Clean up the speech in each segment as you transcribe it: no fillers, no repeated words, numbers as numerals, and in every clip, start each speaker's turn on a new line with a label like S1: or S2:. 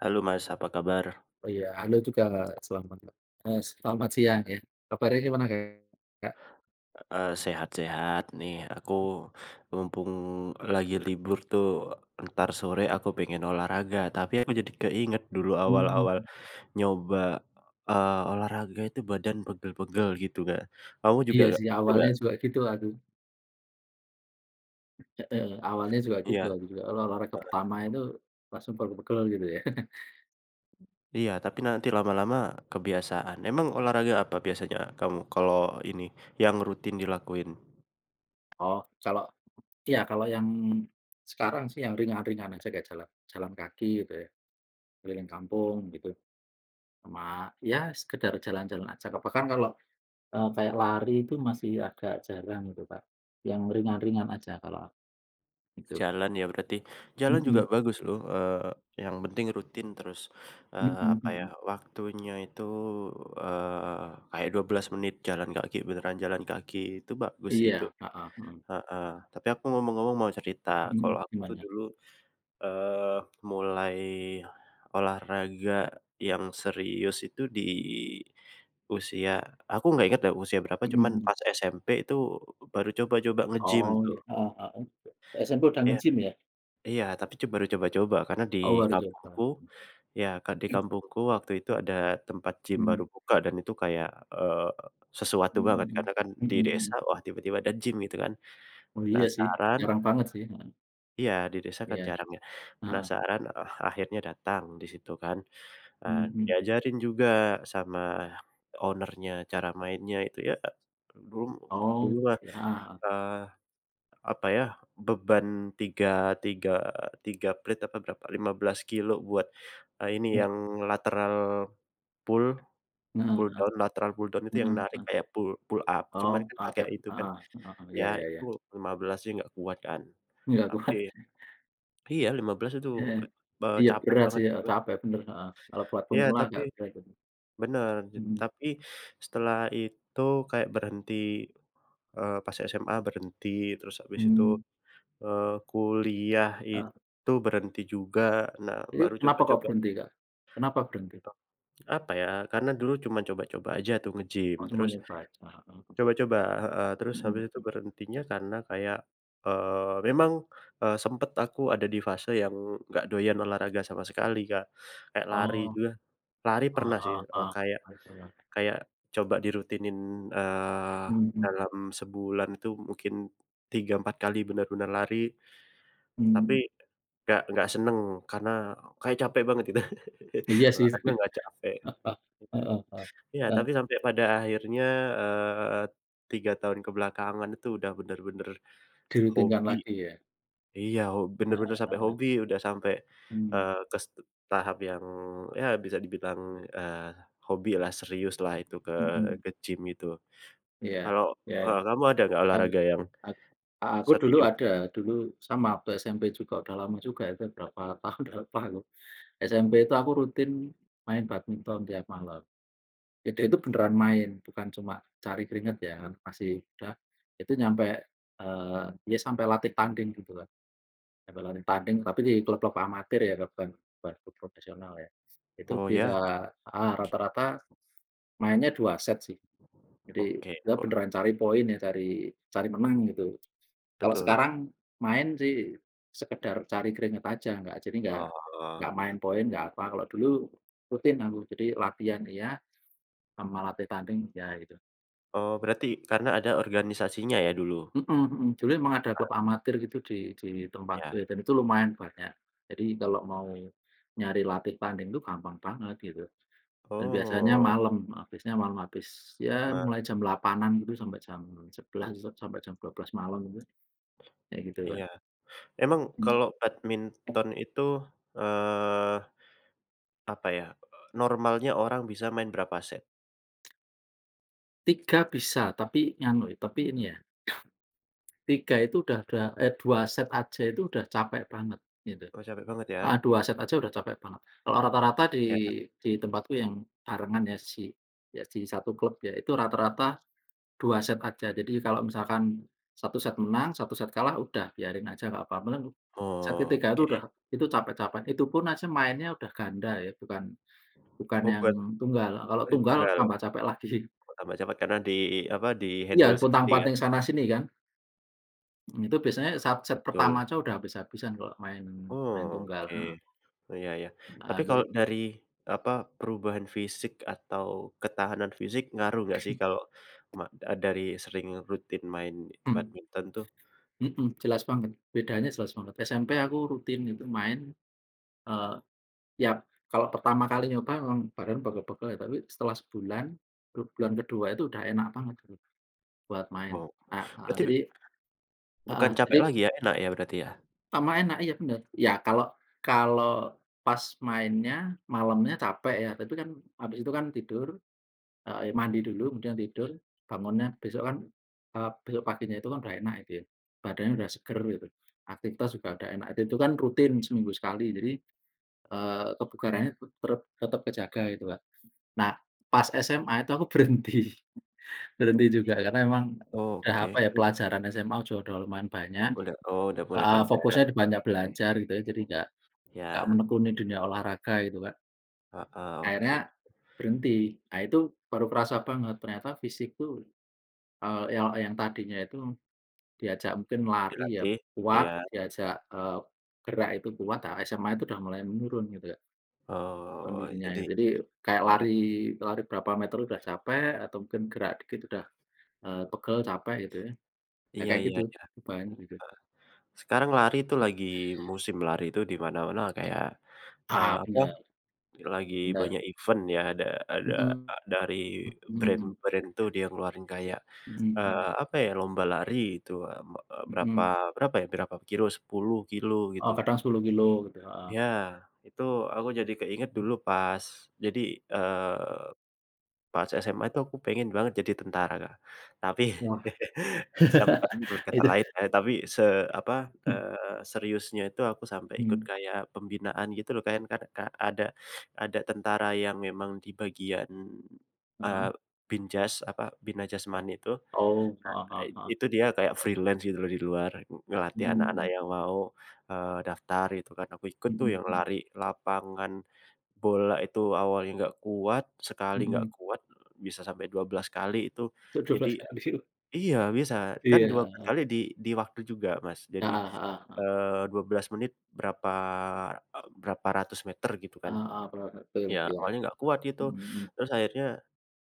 S1: Halo Mas, apa kabar?
S2: Oh iya, halo juga, selamat, selamat siang ya. Kabarnya gimana, Kak?
S1: Sehat-sehat nih. Aku mumpung lagi libur tuh, ntar sore aku pengen olahraga, tapi aku jadi keinget dulu
S2: Mmm,
S1: awal-awal nyoba, olahraga itu badan pegel-pegel gitu nggak? Kamu juga
S2: iya
S1: nggak
S2: sih,
S1: gitu
S2: awalnya
S1: nggak?
S2: juga gitu aku, heeh, awalnya juga gitu
S1: Iya.
S2: aku juga olahraga pertama itu langsung pegel-pegel gitu ya.
S1: Iya, tapi nanti lama-lama kebiasaan. Emang olahraga apa biasanya kamu kalau ini, yang rutin dilakuin?
S2: Oh, kalau iya kalau yang sekarang sih yang ringan-ringan aja kayak jalan jalan kaki gitu ya, keliling kampung gitu, sama, ya sekedar jalan-jalan aja, Kak. Bahkan kayak lari itu masih agak jarang gitu, Kak, yang ringan-ringan aja kalau gitu.
S1: Jalan ya berarti. Jalan juga
S2: Mhm
S1: bagus loh, yang penting rutin terus,
S2: mhm
S1: apa ya,
S2: mhm.
S1: waktunya itu, kayak 12 menit jalan kaki, beneran jalan kaki, itu bagus sih itu,
S2: Iya, heeh, mhm.
S1: heeh. Tapi aku ngomong-ngomong mau cerita, kalau
S2: Mhm.
S1: aku tuh
S2: Gimana?
S1: dulu, eee, mulai olahraga yang serius itu di usia aku nggak ingat deh usia berapa,
S2: Mhm
S1: cuman
S2: mhm.
S1: pas SMP itu baru coba-coba nge-gym
S2: Oh,
S1: tuh.
S2: iya. Heeh heeh. SMP udah
S1: Iya.
S2: nge-gym ya?
S1: Iya, tapi baru coba-coba karena di
S2: Oh, baru coba.
S1: kampungku ya, Kak, di kampungku waktu itu ada tempat gym baru
S2: Mhm.
S1: buka dan itu kayak, eee, sesuatu
S2: Mhm
S1: banget
S2: mhm.
S1: karena kan di
S2: Mhm
S1: desa,
S2: mhm.
S1: wah tiba-tiba ada gym gitu kan.
S2: Oh, iya sih,
S1: Penasaran
S2: jarang banget sih, heeh.
S1: iya, di desa kan
S2: Iya,
S1: jarang ya,
S2: heeh.
S1: penasaran, ah, akhirnya datang di situ kan, eee,
S2: Mhm. Mhm.
S1: diajarin juga sama owner-nya cara mainnya itu ya, dulu
S2: Oh,
S1: dulu mah,
S2: iya, heeh heeh.
S1: eee apa ya, beban tiga tiga tiga plate apa berapa, 15 kilo buat, ini
S2: Oh,
S1: yang lateral pull pull
S2: heeh
S1: down, lateral pull down itu
S2: heeh
S1: yang
S2: heeh.
S1: narik
S2: Heeh.
S1: kayak pull pull up,
S2: Oh,
S1: cuman kan
S2: oke,
S1: pakai itu
S2: heeh
S1: kan,
S2: heeh, heeh,
S1: ya
S2: iya iya
S1: itu
S2: iya.
S1: 15 aja nggak kuat kan.
S2: Nggak
S1: Tapi
S2: kuat,
S1: iya 15 itu,
S2: heeh. Iya,
S1: capek
S2: berat sih,
S1: banget
S2: heeh,
S1: itu.
S2: capek bener, heeh. Kalau buat
S1: Iya
S2: pemula
S1: tapi
S2: nggak berat itu.
S1: bener,
S2: Mhm.
S1: tapi setelah itu kayak berhenti, pas SMA berhenti, terus habis itu
S2: Mhm.
S1: Kuliah
S2: Heeh,
S1: itu berhenti juga. Nah,
S2: itu
S1: baru
S2: kenapa kok
S1: coba-coba
S2: berhenti, Kak? Kenapa berhenti?
S1: apa ya, karena dulu cuma coba-coba aja tuh nge-gym,
S2: Oh, cuma
S1: terus
S2: nyoba aja, heeh.
S1: coba-coba heeh, terus habis itu
S2: Mhm.
S1: berhentinya karena kayak, memang, sempet aku ada di fase yang nggak doyan olahraga sama sekali, Kak. Kayak lari
S2: Oh,
S1: juga lari
S2: heeh
S1: pernah sih,
S2: heeh heeh.
S1: kayak
S2: Betul.
S1: kayak coba dirutinin, eee,
S2: Mhm
S1: dalam sebulan itu mungkin 3-4 kali benar-benar lari. Tapi
S2: mhm.
S1: nggak seneng karena kayak capek banget itu.
S2: Iya sih.
S1: Olahraga nggak capek.
S2: Heeh heeh.
S1: Iya,
S2: Eee,
S1: tapi sampai pada akhirnya, eee, 3 tahun kebelakangan itu udah bener-bener
S2: Dirutinkan
S1: hobi
S2: lagi ya.
S1: iya, bener-bener
S2: Nah.
S1: sampai hobi, udah sampai,
S2: Mmm,
S1: ke tahap yang ya bisa dibilang, eh, hobi lah serius lah itu ke
S2: mhm.
S1: ke gym itu.
S2: Iya
S1: Kalau,
S2: iya.
S1: heeh, kamu ada nggak
S2: Aku
S1: olahraga yang
S2: ak aku dulu
S1: serius?
S2: ada, dulu sama waktu SMP juga, udah lama juga ya, itu berapa tahun udah lupa aku. SMP itu aku rutin main badminton tiap malam. Itu beneran main, bukan cuma cari keringat ya, kan masih udah itu ya sampai latih tanding gitu, kan. Balapan tanding tapi di klub-klub amatir ya, bukan bukan klub profesional ya. Itu
S1: Oh
S2: bisa,
S1: ya?
S2: heeh, rata-rata mainnya 2 set sih. Jadi,
S1: Oke,
S2: ya
S1: wah
S2: beneran cari poin ya, cari cari menang gitu. Kalau
S1: betul.
S2: sekarang main sih sekedar cari keringat aja, nggak jadi nggak
S1: Oh.
S2: nggak main poin, nggak apa. Kalau dulu rutin aku, jadi latihan iya, sama latih tanding iya gitu.
S1: Oh, berarti karena ada organisasinya ya dulu?
S2: Mhm mhm, dulu emang ada
S1: Ah,
S2: klub amatir gitu di tempatku
S1: ya.
S2: ya, dan itu lumayan banyak. Jadi kalau mau nyari latih tanding itu gampang banget gitu, dan biasanya
S1: Oh,
S2: malam, habisnya malam habis ya
S1: ma
S2: mulai jam 8.00-an gitu, sebelas sampai jam dua belas malam gitu, kayak gitu kan.
S1: iya. Emang
S2: Mhm.
S1: kalau badminton itu, eee, apa ya, normalnya orang bisa main berapa set?
S2: 3 bisa, tapi nganu, tapi ini ya, 3 itu udah eh 2 set aja itu udah capek banget, gitu.
S1: Oh, capek banget ya?
S2: Heeh, 2 set aja udah capek banget. Kalau rata-rata di
S1: Ya.
S2: tempatku yang barengan ya ya di satu klub ya, itu rata-rata 2 set aja. Jadi kalau misalkan satu set menang, satu set kalah, udah biarin aja nggak apa-apa. Malah set ketiga itu
S1: Oke.
S2: udah itu capek-capek, itu pun aja mainnya udah ganda ya, bukan bukan
S1: Oh,
S2: yang
S1: buat
S2: tunggal. Kalau
S1: main
S2: tunggal
S1: tunggal?
S2: tambah capek lagi.
S1: Oh, tambah capek karena di apa,
S2: Iya,
S1: di-handle sendiri kan?
S2: pontang-panting sana sini kan. Mmm, itu biasanya saat set pertama
S1: Betul.
S2: aja udah habis-habisan kalau main main tunggal,
S1: Oke.
S2: heeh.
S1: Oh, iya iya.
S2: Heeh,
S1: Tapi
S2: jadi,
S1: kalau dari, apa, perubahan fisik atau ketahanan fisik ngaruh nggak sih kalau ma dari sering rutin main
S2: mhm.
S1: badminton tuh?
S2: Mhm, jelas banget, bedanya jelas banget. SMP aku rutin itu main, eee, ya kalau pertama kali nyoba memang badan pegel-pegel ya, tapi setelah sebulan, ke bulan kedua itu udah enak banget gitu buat main.
S1: Oh,
S2: Ah, heeh,
S1: berarti
S2: jadi,
S1: bukan
S2: heeh,
S1: capek
S2: jadi
S1: lagi ya, enak ya berarti ya?
S2: sama enak, iya bener. Ya kalau kalau pas mainnya malamnya capek ya, tapi kan habis itu kan tidur. Heeh, ya mandi dulu kemudian tidur, bangunnya besok kan, besok paginya itu kan udah enak itu ya, badannya udah seger gitu, aktivitas juga udah enak, dan itu kan rutin seminggu sekali jadi, kebugarannya tetep kejaga gitu, Kak. Nah, pas SMA itu aku berhenti, berhenti juga karena memang
S1: Oh,
S2: udah apa
S1: oke,
S2: ya, pelajaran SMA juga udah lumayan banyak,
S1: udah, oh, udah mulai
S2: heeh,
S1: padat.
S2: fokusnya di banyak belajar gitu ya, jadi nggak
S1: Ya,
S2: menekuni dunia olahraga gitu, Kak.
S1: heeh, oke.
S2: Akhirnya berhenti, nah itu baru kerasa banget ternyata fisik tuh, ya yang tadinya itu diajak mungkin lari ya
S1: Dilatih
S2: kuat,
S1: iya.
S2: diajak, gerak itu kuat, ah, SMA itu udah mulai menurun gitu, Kak,
S1: Oh,
S2: kondisinya.
S1: jadi
S2: Jadi kayak
S1: lari
S2: lari lari berapa meter udah capek, atau mungkin gerak dikit udah, pegel, capek gitu ya. Ya
S1: iya
S2: kayak
S1: iya
S2: gitu,
S1: iya.
S2: perubahannya gitu.
S1: Sekarang lari tuh lagi musim lari itu di mana-mana kayak, eee,
S2: Ah,
S1: apa
S2: bener
S1: lagi
S2: bener.
S1: banyak event ya ada
S2: Mhm
S1: dari
S2: mhm mhm
S1: brand-brand tuh dia ngeluarin kayak,
S2: mhm
S1: apa ya, lomba lari itu,
S2: mhm
S1: berapa
S2: mhm.
S1: berapa ya, berapa kilo, 10 kilo
S2: Oh,
S1: gitu.
S2: kadang 10 kilo gitu, heeh.
S1: Ya, itu aku jadi keinget dulu pas jadi, eee pas SMA itu aku pengen banget jadi tentara, Kak. Tapi
S2: Wah,
S1: tapi kan berkata
S2: itu,
S1: lain, tapi apa, seriusnya itu aku sampai ikut
S2: mhm,
S1: kayak pembinaan gitu loh, Kak, kan ka ada ada tentara yang memang di bagian,
S2: heeh.
S1: eee, Binjas, apa, Bina Jasmani itu
S2: Oh, heeh heeh heeh.
S1: dia kayak freelance gitu loh di luar, ngelatih
S2: Mhm
S1: anak-anak
S2: mhm
S1: yang mau, daftar gitu kan. Aku ikut tuh
S2: mhm
S1: yang
S2: mhm
S1: lari lapangan bola itu awalnya nggak kuat, sekali nggak
S2: mhm.
S1: kuat bisa sampai 12 kali itu. Jadi
S2: 12 tahun di situ?
S1: iya bisa, kan
S2: Iya,
S1: 12
S2: heeh.
S1: kali di waktu juga, Mas. Jadi,
S2: Heeh heeh heeh.
S1: 12 menit berapa, berapa ratus meter gitu kan.
S2: Heeh heeh, bener betul,
S1: Ya
S2: iya.
S1: awalnya nggak kuat gitu,
S2: Mhm mhm.
S1: terus akhirnya,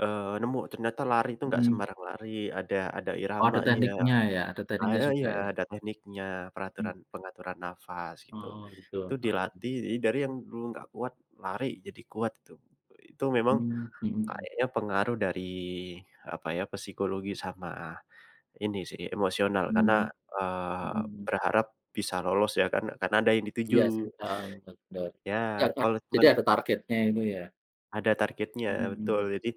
S1: nemu ternyata lari itu nggak
S2: Mhm.
S1: sembarang lari, ada
S2: Oh, ada
S1: iramanya.
S2: tekniknya ya, ada
S1: Ah,
S2: tekniknya
S1: heeh,
S2: juga
S1: iya,
S2: ya?
S1: ada tekniknya,
S2: Mhm.
S1: pengaturan nafas gitu.
S2: Oh, gitu,
S1: Itu
S2: heeh.
S1: dilatih, jadi dari yang dulu nggak kuat, lari jadi kuat itu. Itu memang
S2: Mmm, mhm mhm.
S1: kayaknya pengaruh dari, apa ya, psikologi sama ini sih, emosional karena,
S2: Mmm, mhm
S1: eee,
S2: mhm.
S1: berharap bisa lolos ya kan, karena ada yang
S2: Iya
S1: dituju.
S2: sih, heeh, bener bener.
S1: Ya,
S2: Iya kan,
S1: kalau
S2: jadi
S1: cuman
S2: ada targetnya itu ya?
S1: ada targetnya,
S2: Mhm
S1: betul.
S2: mhm.
S1: Jadi,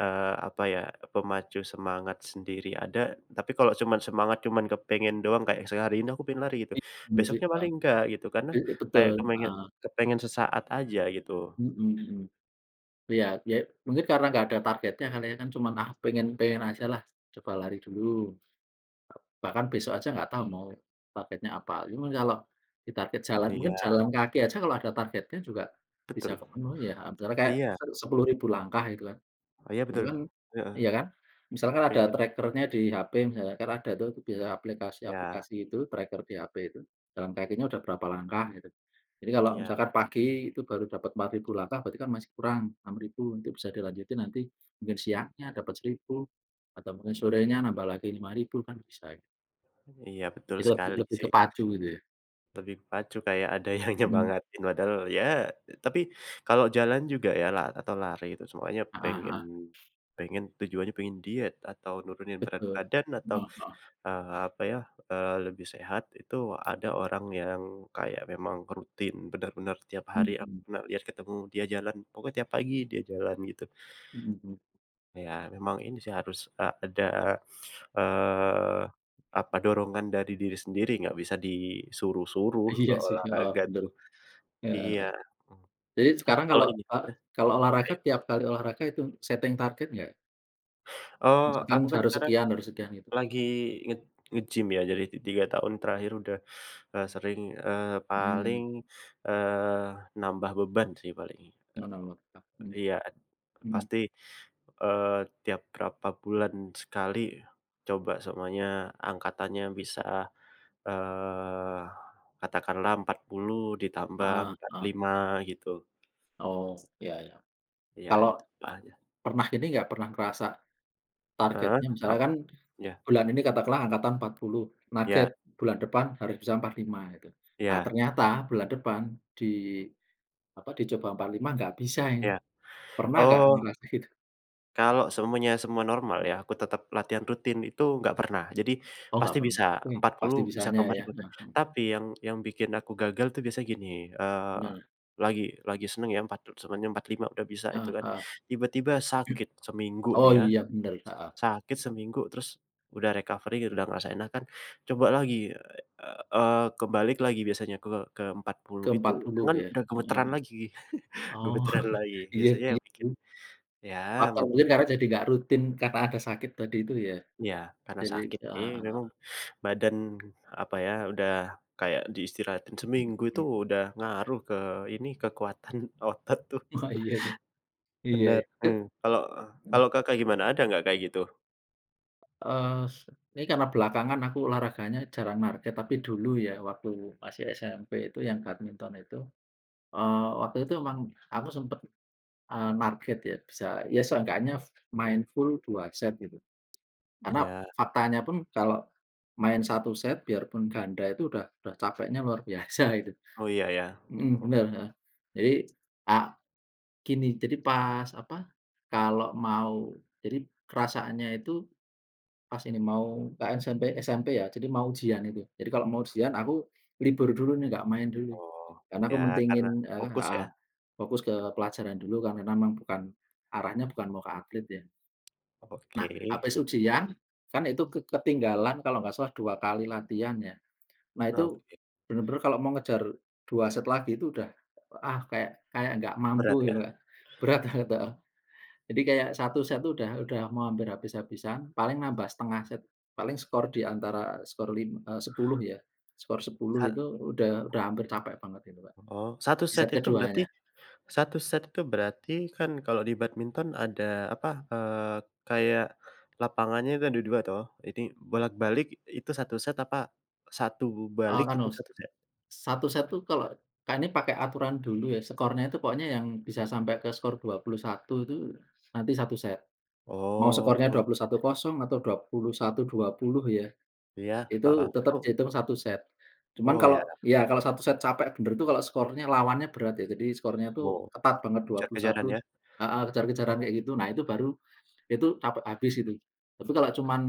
S1: apa ya, pemacu semangat sendiri ada, tapi kalau cuman semangat cuman kepengen doang kayak sehari ini aku pengen lari gitu,
S2: Iya, bener sih,
S1: besoknya
S2: heeh.
S1: paling enggak gitu karena
S2: Betul,
S1: kayak kepengen
S2: heeh.
S1: kepengen sesaat aja gitu.
S2: Mhm mhm. Iya, ya mungkin karena nggak ada targetnya kali ya kan, cuman, "Ah, pengen pengen ajalah, coba lari dulu." Bahkan besok aja nggak tahu mau targetnya apa. Cuman kalau di target jalan mungkin
S1: Iya,
S2: jalan kaki aja kalau ada targetnya juga
S1: betul.
S2: bisa kepenuhi ya. Misalnya kayak
S1: Iya,
S2: 10.000 langkah gitu kan.
S1: oh iya
S2: Itu
S1: betul.
S2: kan,
S1: Heeh,
S2: iya kan? Misalkan ada
S1: pengen.
S2: tracker-nya di HP misalnya, kan ada tuh bisa
S1: Iya
S2: aplikasi-aplikasi itu tracker di HP itu. Jalan kakinya udah berapa langkah gitu. Jadi kalau
S1: iya
S2: misalkan pagi itu baru dapat 4.000 langkah, berarti kan masih kurang 6.000, itu bisa dilanjutin nanti, mungkin siangnya dapat 1.000 atau mungkin sorenya nambah lagi 5.000 kan bisa.
S1: iya betul
S2: Jadi lebih
S1: sekali
S2: lebih
S1: sih.
S2: ke pacu gitu ya?
S1: Lebih pacu kayak ada yang
S2: Mmm.
S1: nyemangatin padahal ya, tapi kalau jalan juga ya lah, atau lari itu semuanya
S2: Heeh
S1: pengen
S2: heeh,
S1: pengen tujuannya pengen diet atau nurunin berat
S2: betul.
S1: badan atau,
S2: Heeh heeh.
S1: apa ya, lebih sehat itu ada orang yang kayak memang rutin benar-benar tiap hari
S2: Mhm
S1: aku
S2: mhm.
S1: pernah lihat ketemu dia jalan pokoknya tiap pagi dia jalan gitu.
S2: Mhm mhm.
S1: Ya memang ini sih harus, ada, eee, apa dorongan dari diri sendiri nggak bisa disuruh-suruh
S2: Iya
S1: kalau
S2: sih, heeh,
S1: olahraga
S2: bener.
S1: tuh.
S2: Heeh
S1: Iya,
S2: heeh.
S1: mhm,
S2: Jadi
S1: tapi
S2: sekarang
S1: kalau ini
S2: eee, kalau olahraga, tiap kali olahraga itu setting target nggak?
S1: eee,
S2: Misalkan
S1: aku kan sekarang
S2: harus sekian gitu?
S1: lagi nge nge-gym ya, jadi 3 tahun terakhir udah, sering, paling,
S2: Mmm,
S1: eee, nambah beban sih paling.
S2: oh, nambah tetap, mmm,
S1: Iya,
S2: mhm.
S1: pasti, eee, tiap berapa bulan sekali coba semuanya angkatannya bisa, eee, katakanlah 40 ditambah
S2: Heeh
S1: empat
S2: heeh.
S1: lima gitu.
S2: Oh, iya iya.
S1: Iya
S2: Kalau
S1: ditambahnya,
S2: pernah ini nggak, pernah ngerasa
S1: heeh,
S2: targetnya, misalnya
S1: apa?
S2: kan
S1: Iya
S2: bulan ini katakanlah angkatan 40,
S1: iya
S2: target bulan depan harus bisa 45 gitu. Ah
S1: iya
S2: ternyata bulan depan di Apa, dicoba 45 nggak bisa ini.
S1: iya.
S2: Pernah nggak
S1: Oh,
S2: ngerasa gitu?
S1: kalau semua normal ya, aku tetap latihan rutin itu nggak pernah. Jadi
S2: Oh,
S1: pasti
S2: nggak
S1: bisa
S2: pernah, oke
S1: 40
S2: pasti
S1: bisa ke
S2: bisanya ya,
S1: 45.
S2: heeh,
S1: Tapi yang bikin aku gagal tuh biasanya gini, eee,
S2: bener,
S1: lagi lagi seneng ya semuanya 45 udah bisa itu
S2: heeh
S1: kan,
S2: heeh.
S1: tiba-tiba sakit seminggu nih
S2: Oh
S1: ya,
S2: iya bener, heeh,
S1: sakit seminggu terus udah recovery gitu, udah ngerasa enak kan. Coba lagi, kebalik lagi biasanya ke 40
S2: ke
S1: itu
S2: 40
S1: tangan
S2: ya,
S1: udah
S2: mhm
S1: gemeteran
S2: mhm.
S1: lagi
S2: Oh,
S1: gemeteran lagi.
S2: iya
S1: Biasanya
S2: iya
S1: yang bikin,
S2: sih,
S1: ya
S2: faktor
S1: mau
S2: mungkin karena
S1: gimana.
S2: jadi nggak rutin karena ada sakit tadi itu ya,
S1: Iya, karena
S2: jadi,
S1: sakit. Eh,
S2: heeh heeh,
S1: memang badan, apa ya, udah kayak diistirahatin seminggu itu udah ngaruh ke ini, kekuatan otot tuh.
S2: wah iya tuh, iya
S1: Bener,
S2: ya, terus,
S1: mmm. Kalau
S2: mhm,
S1: kalau Kakak gimana? Ada nggak kayak gitu?
S2: s ini karena belakangan aku olahraganya jarang target, tapi dulu ya waktu masih SMP itu yang badminton itu, waktu itu emang aku sempat, market ya bisa ya seenggaknya main full 2 set gitu. Karena
S1: Ya.
S2: faktanya pun kalau main satu set biarpun ganda itu udah capeknya luar biasa itu.
S1: Oh, iya ya.
S2: Mhm, bener, heeh. Jadi, a gini, jadi pas apa, kalau mau jadi perasaannya itu, pas ini mau KN SMP SMP ya, jadi mau ujian itu. Jadi kalau mau ujian aku libur dulu nih, nggak main dulu.
S1: Oh,
S2: Karena aku
S1: ya karena
S2: mentingin,
S1: fokus ya?
S2: heeh, fokus ke pelajaran dulu karena memang bukan arahnya bukan mau ke atlet ya. Nah,
S1: Oke.
S2: habis ujian kan itu ketinggalan kalau nggak salah 2 kali latihan ya. Nah itu
S1: Oke,
S2: bener-bener kalau mau ngejar 2 set lagi itu udah, ah, kayak kayak nggak
S1: berat
S2: mampu
S1: ya?
S2: gitu, Kak. Berat banget, heeh. Jadi kayak satu set tuh udah mau hampir habis-habisan, paling nambah setengah set, paling skor di antara 10 ya, skor
S1: Sa
S2: 10 itu udah hampir capek banget itu, Kak,
S1: oh,
S2: di set keduanya.
S1: satu set itu berarti kan kalau di badminton ada apa, kayak lapangannya itu ada 2 toh, ini bolak-balik itu satu set apa, satu balik itu
S2: Anu,
S1: satu set?
S2: 1 set tuh kalau, Kak, ini pakai aturan dulu ya, skornya itu pokoknya yang bisa sampai ke skor 21 itu nanti satu set. Mau
S1: Oh,
S2: skornya
S1: yang
S2: 21-0 atau dua 21-20 ya.
S1: iya, heeh,
S2: Itu
S1: itu,
S2: tetap dihitung satu set. Cuman
S1: oh ya,
S2: kalau ya satu set capek bener tuh kalau skornya lawannya berat ya, jadi skornya
S1: oh,
S2: tuh ketat banget 21,
S1: kejar-kejaran ya?
S2: heeh, kejar-kejaran kayak gitu. Nah itu baru itu capek habis itu. Tapi kalau cuman,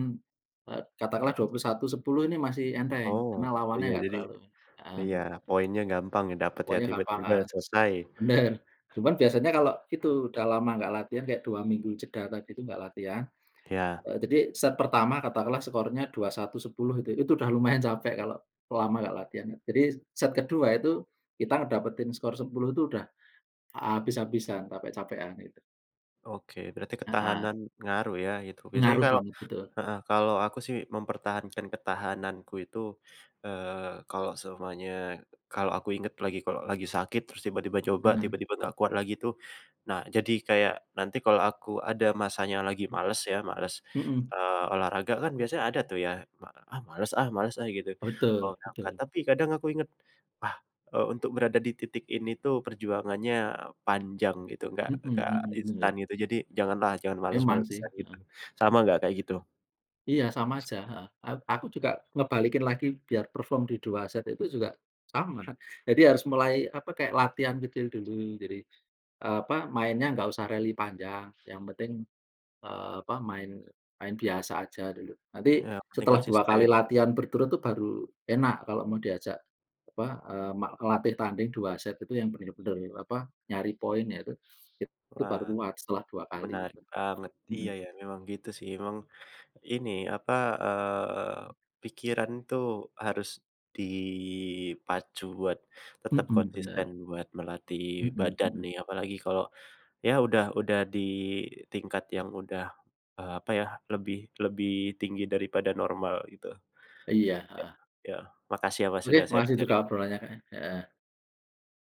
S2: katakanlah 21-10 ini masih enteng,
S1: Oh,
S2: karena lawannya
S1: iya
S2: nggak
S1: jadi
S2: terlalu, heeh,
S1: iya poinnya gampang ya dapat ya
S2: pokoknya gampang,
S1: tiba-tiba
S2: heeh,
S1: selesai,
S2: bener. Cuman biasanya kalau itu udah lama nggak latihan kayak 2 minggu jeda tadi itu nggak latihan.
S1: ya.
S2: Jadi set pertama katakanlah skornya 21-10 itu udah lumayan capek kalau lama nggak latihan. Jadi set kedua itu kita ngedapetin skor 10 itu udah habis-habisan, capek-capekan gitu.
S1: Oke berarti
S2: Heeh,
S1: ketahanan ngaruh ya gitu, biasanya
S2: ngaruh
S1: kalau,
S2: banget, betul.
S1: heeh, kalau aku sih mempertahankan ketahananku itu, kalau semuanya, kalau aku inget lagi kalau lagi sakit terus tiba-tiba coba,
S2: Heeh.
S1: tiba-tiba nggak kuat lagi tuh, nah jadi kayak nanti kalau aku ada masanya lagi males ya, males,
S2: Mhm,
S1: olahraga kan biasanya ada tuh ya, "Ah males ah males ah," gitu, mau
S2: betul
S1: berangkat.
S2: betul.
S1: Tapi kadang aku inget, "Wah, untuk berada di titik ini tuh perjuangannya panjang," gitu, nggak
S2: Mhm
S1: nggak
S2: mhm,
S1: instan
S2: bener.
S1: gitu. Jadi jangan
S2: Memang sih,
S1: males-malesan gitu.
S2: heeh.
S1: Sama nggak kayak gitu?
S2: Iya sama aja, heeh. Aku juga ngebalikin lagi biar perform di 2 set itu juga sama. Jadi harus mulai apa, kayak latihan kecil dulu. Jadi, apa, mainnya nggak usah rally panjang, yang penting, apa, main main biasa aja dulu. Nanti
S1: Iya, penting
S2: setelah 2 kali
S1: konsisten.
S2: latihan berturut tuh baru enak kalau mau diajak apa, eee, ma latih tanding 2 set itu yang bener-bener apa, nyari poin ya itu
S1: Wah,
S2: baru kuat setelah 2 kali itu.
S1: menarik banget. Iya
S2: Mhm
S1: ya, memang gitu sih. Emang ini apa, eee, pikiran tuh harus dipacu buat tetap
S2: mhm,
S1: konsisten
S2: bener.
S1: buat melatih
S2: Mhm
S1: badan
S2: mhm.
S1: nih, apalagi kalau ya udah di tingkat yang udah, apa ya, lebih lebih tinggi daripada normal gitu.
S2: Iya,
S1: Ya,
S2: heeh.
S1: ya. Makasih ya, Mas,
S2: Oke,
S1: sudah
S2: makasih juga
S1: sharing-sharing.
S2: obrolannya, Kak, ya. Heeh.